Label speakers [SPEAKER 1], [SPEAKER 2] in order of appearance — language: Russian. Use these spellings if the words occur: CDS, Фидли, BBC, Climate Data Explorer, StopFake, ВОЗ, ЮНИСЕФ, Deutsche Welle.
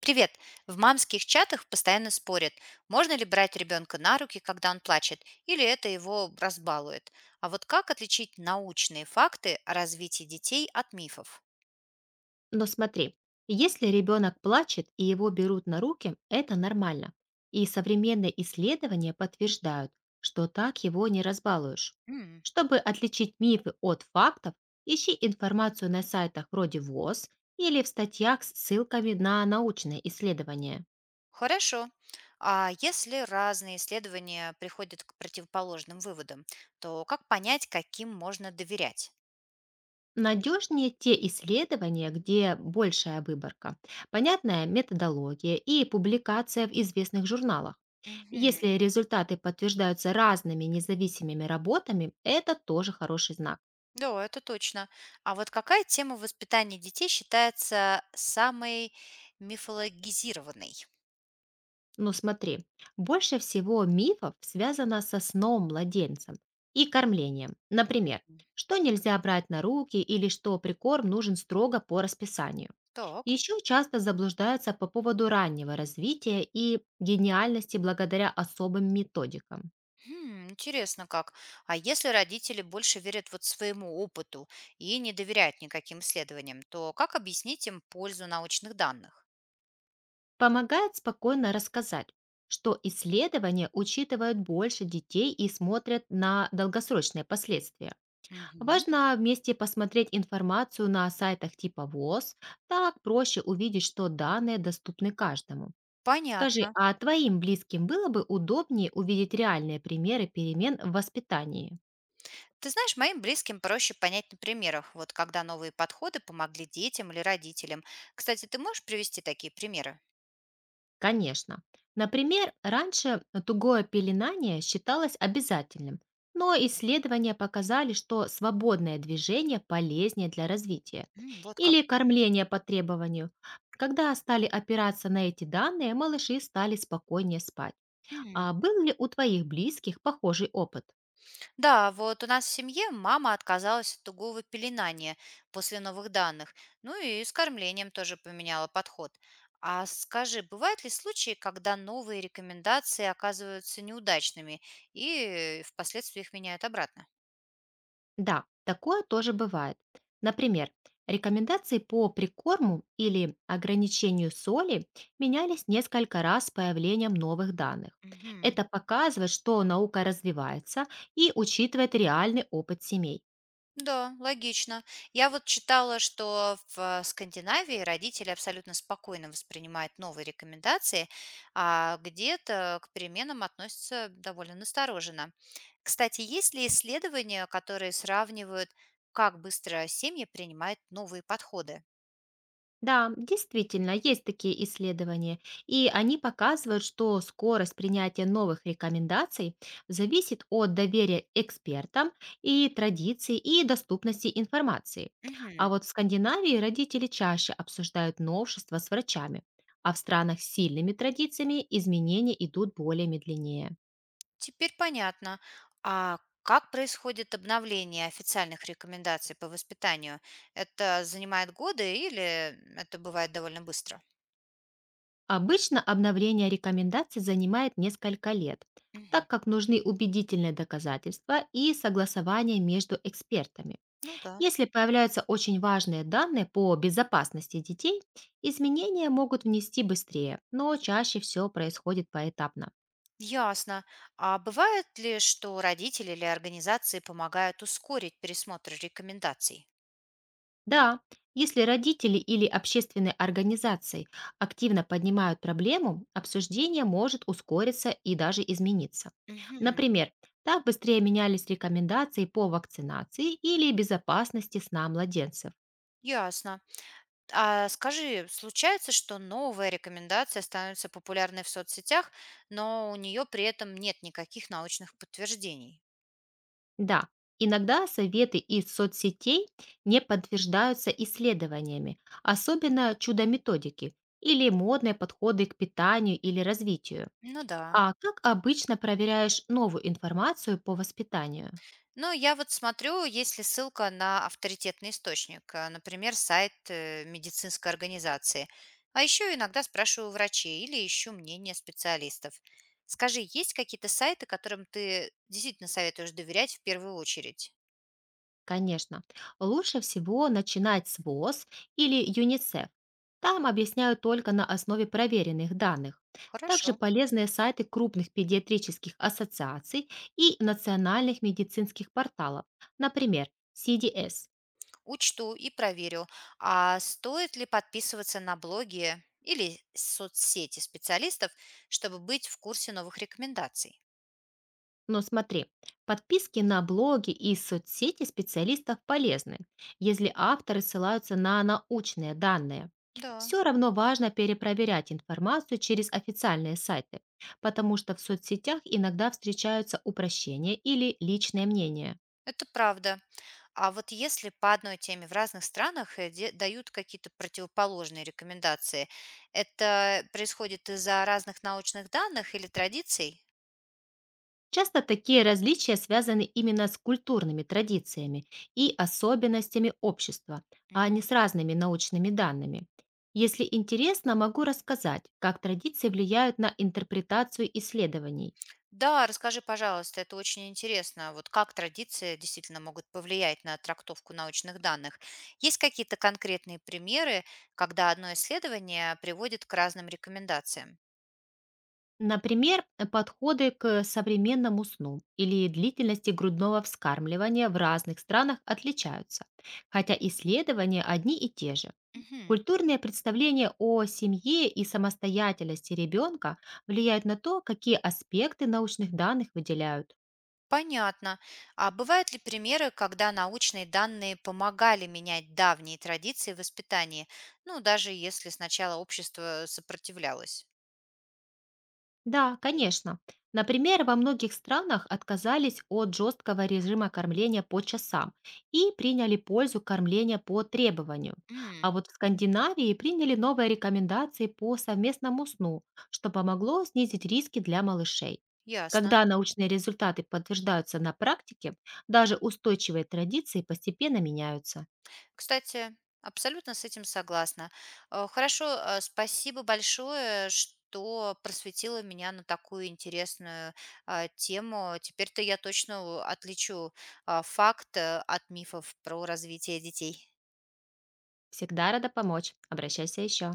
[SPEAKER 1] Привет! В мамских чатах постоянно спорят, можно ли брать ребенка на руки, когда он плачет, или это его разбалует. А вот как отличить научные факты о развитии детей от мифов?
[SPEAKER 2] Но смотри, если ребенок плачет и его берут на руки, это нормально. И современные исследования подтверждают, что так его не разбалуешь.
[SPEAKER 1] М,
[SPEAKER 2] Чтобы отличить мифы от фактов, ищи информацию на сайтах вроде ВОЗ или в статьях с ссылками на научные исследования.
[SPEAKER 1] хорошо. А если разные исследования приходят к противоположным выводам, то как понять, каким можно доверять?
[SPEAKER 2] Надежнее те исследования, где большая выборка, понятная методология и публикация в известных журналах.
[SPEAKER 1] Мгм.
[SPEAKER 2] Если результаты подтверждаются разными независимыми работами, это тоже хороший знак.
[SPEAKER 1] Да, это точно. А вот какая тема воспитания детей считается самой мифологизированной?
[SPEAKER 2] Но смотри, больше всего мифов связано со сном младенцем и кормлением. Например,
[SPEAKER 1] М,
[SPEAKER 2] что нельзя брать на руки или что прикорм нужен строго по расписанию.
[SPEAKER 1] так.
[SPEAKER 2] Еще часто заблуждаются по поводу раннего развития и гениальности благодаря особым методикам.
[SPEAKER 1] Хм, интересно как. А если родители больше верят вот своему опыту и не доверяют никаким исследованиям, то как объяснить им пользу научных данных?
[SPEAKER 2] Помогает спокойно рассказать, что исследования учитывают больше детей и смотрят на долгосрочные последствия.
[SPEAKER 1] Мгм.
[SPEAKER 2] Важно вместе посмотреть информацию на сайтах типа ВОЗ, так проще увидеть, что данные доступны каждому. Скажи,
[SPEAKER 1] Понятно.
[SPEAKER 2] а твоим близким было бы удобнее увидеть реальные примеры перемен в воспитании?
[SPEAKER 1] Ты знаешь, моим близким проще понять на примерах, вот когда новые подходы помогли детям или родителям. Кстати, ты можешь привести такие примеры?
[SPEAKER 2] Конечно. Например, раньше тугое пеленание считалось обязательным, но исследования показали, что свободное движение полезнее для развития.
[SPEAKER 1] М, вот
[SPEAKER 2] Или
[SPEAKER 1] как.
[SPEAKER 2] кормление по требованию. Когда стали опираться на эти данные, малыши стали спокойнее спать.
[SPEAKER 1] Хм.
[SPEAKER 2] А был ли у твоих близких похожий опыт?
[SPEAKER 1] Да, вот у нас в семье мама отказалась от тугого пеленания после новых данных. Ну и с кормлением тоже поменяла подход. А скажи, бывают ли случаи, когда новые рекомендации оказываются неудачными и впоследствии их меняют обратно?
[SPEAKER 2] Да, такое тоже бывает. Например, рекомендации по прикорму или ограничению соли менялись несколько раз с появлением новых данных. Это показывает, что наука развивается и учитывает реальный опыт семей.
[SPEAKER 1] Да, логично. Я вот читала, что в Скандинавии родители абсолютно спокойно воспринимают новые рекомендации, а где-то к переменам относятся довольно настороженно. Кстати, есть ли исследования, которые сравнивают, как быстро семьи принимают новые подходы?
[SPEAKER 2] Да, действительно, есть такие исследования, и они показывают, что скорость принятия новых рекомендаций зависит от доверия экспертам и традиций и доступности информации. А
[SPEAKER 1] Мгм.
[SPEAKER 2] вот в Скандинавии родители чаще обсуждают новшества с врачами, а в странах с сильными традициями изменения идут более медленнее.
[SPEAKER 1] Теперь понятно. А как происходит обновление официальных рекомендаций по воспитанию? Это занимает годы или это бывает довольно быстро?
[SPEAKER 2] Обычно обновление рекомендаций занимает несколько лет,
[SPEAKER 1] Мгм.
[SPEAKER 2] так как нужны убедительные доказательства и согласование между экспертами.
[SPEAKER 1] Ну да.
[SPEAKER 2] Если появляются очень важные данные по безопасности детей, изменения могут внести быстрее, но чаще все происходит поэтапно.
[SPEAKER 1] Ясно. А бывает ли, что родители или организации помогают ускорить пересмотр рекомендаций?
[SPEAKER 2] Да, если родители или общественные организации активно поднимают проблему, обсуждение может ускориться и даже измениться.
[SPEAKER 1] Мгм.
[SPEAKER 2] Например, так быстрее менялись рекомендации по вакцинации или безопасности сна младенцев.
[SPEAKER 1] Ясно. А скажи, случается, что новая рекомендация становится популярной в соцсетях, но у нее при этом нет никаких научных подтверждений?
[SPEAKER 2] Да, иногда советы из соцсетей не подтверждаются исследованиями, особенно чудо-методики или модные подходы к питанию или развитию.
[SPEAKER 1] Ну да.
[SPEAKER 2] А как обычно проверяешь новую информацию по воспитанию?
[SPEAKER 1] Ну, я вот смотрю, есть ли ссылка на авторитетный источник, а, например, сайт медицинской организации. А еще иногда спрашиваю у врачей или ищу мнение специалистов. Скажи, есть какие-то сайты, которым ты действительно советуешь доверять в первую очередь?
[SPEAKER 2] Конечно. Лучше всего начинать с ВОЗ или ЮНИСЕФ. Там объясняют только на основе проверенных данных. Также
[SPEAKER 1] Хорошо,
[SPEAKER 2] полезные сайты крупных педиатрических ассоциаций и национальных медицинских порталов, например, CDS.
[SPEAKER 1] учту и проверю. А стоит ли подписываться на блоги или соцсети специалистов, чтобы быть в курсе новых рекомендаций?
[SPEAKER 2] Но смотри, подписки на блоги и соцсети специалистов полезны, если авторы ссылаются на научные данные.
[SPEAKER 1] Да,
[SPEAKER 2] Все равно важно перепроверять информацию через официальные сайты, потому что в соцсетях иногда встречаются упрощения или личные мнения.
[SPEAKER 1] это правда. А вот если по одной теме в разных странах дают какие-то противоположные рекомендации, это происходит из-за разных научных данных или традиций?
[SPEAKER 2] Часто такие различия связаны именно с культурными традициями и особенностями общества, а
[SPEAKER 1] М,
[SPEAKER 2] не с разными научными данными. Если интересно, могу рассказать, как традиции влияют на интерпретацию исследований.
[SPEAKER 1] да, расскажи, пожалуйста, это очень интересно. Вот как традиции действительно могут повлиять на трактовку научных данных? Есть какие-то конкретные примеры, когда одно исследование приводит к разным рекомендациям?
[SPEAKER 2] Например, подходы к современному сну или длительности грудного вскармливания в разных странах отличаются, хотя исследования одни и те же.
[SPEAKER 1] Мгм.
[SPEAKER 2] Культурные представления о семье и самостоятельности ребенка влияют на то, какие аспекты научных данных выделяют.
[SPEAKER 1] Понятно. А бывают ли примеры, когда научные данные помогали менять давние традиции в воспитании, ну, даже если сначала общество сопротивлялось?
[SPEAKER 2] Да, конечно. Например, во многих странах отказались от жесткого режима кормления по часам и приняли пользу кормления по требованию. А
[SPEAKER 1] М,
[SPEAKER 2] вот в Скандинавии приняли новые рекомендации по совместному сну, что помогло снизить риски для малышей.
[SPEAKER 1] ясно.
[SPEAKER 2] Когда научные результаты подтверждаются на практике, даже устойчивые традиции постепенно меняются.
[SPEAKER 1] Кстати, абсолютно с этим согласна. Хорошо, спасибо большое, что просветила меня на такую интересную тему. Теперь-то я точно отличу факт от мифов про развитие детей.
[SPEAKER 2] Всегда рада помочь. Обращайся еще.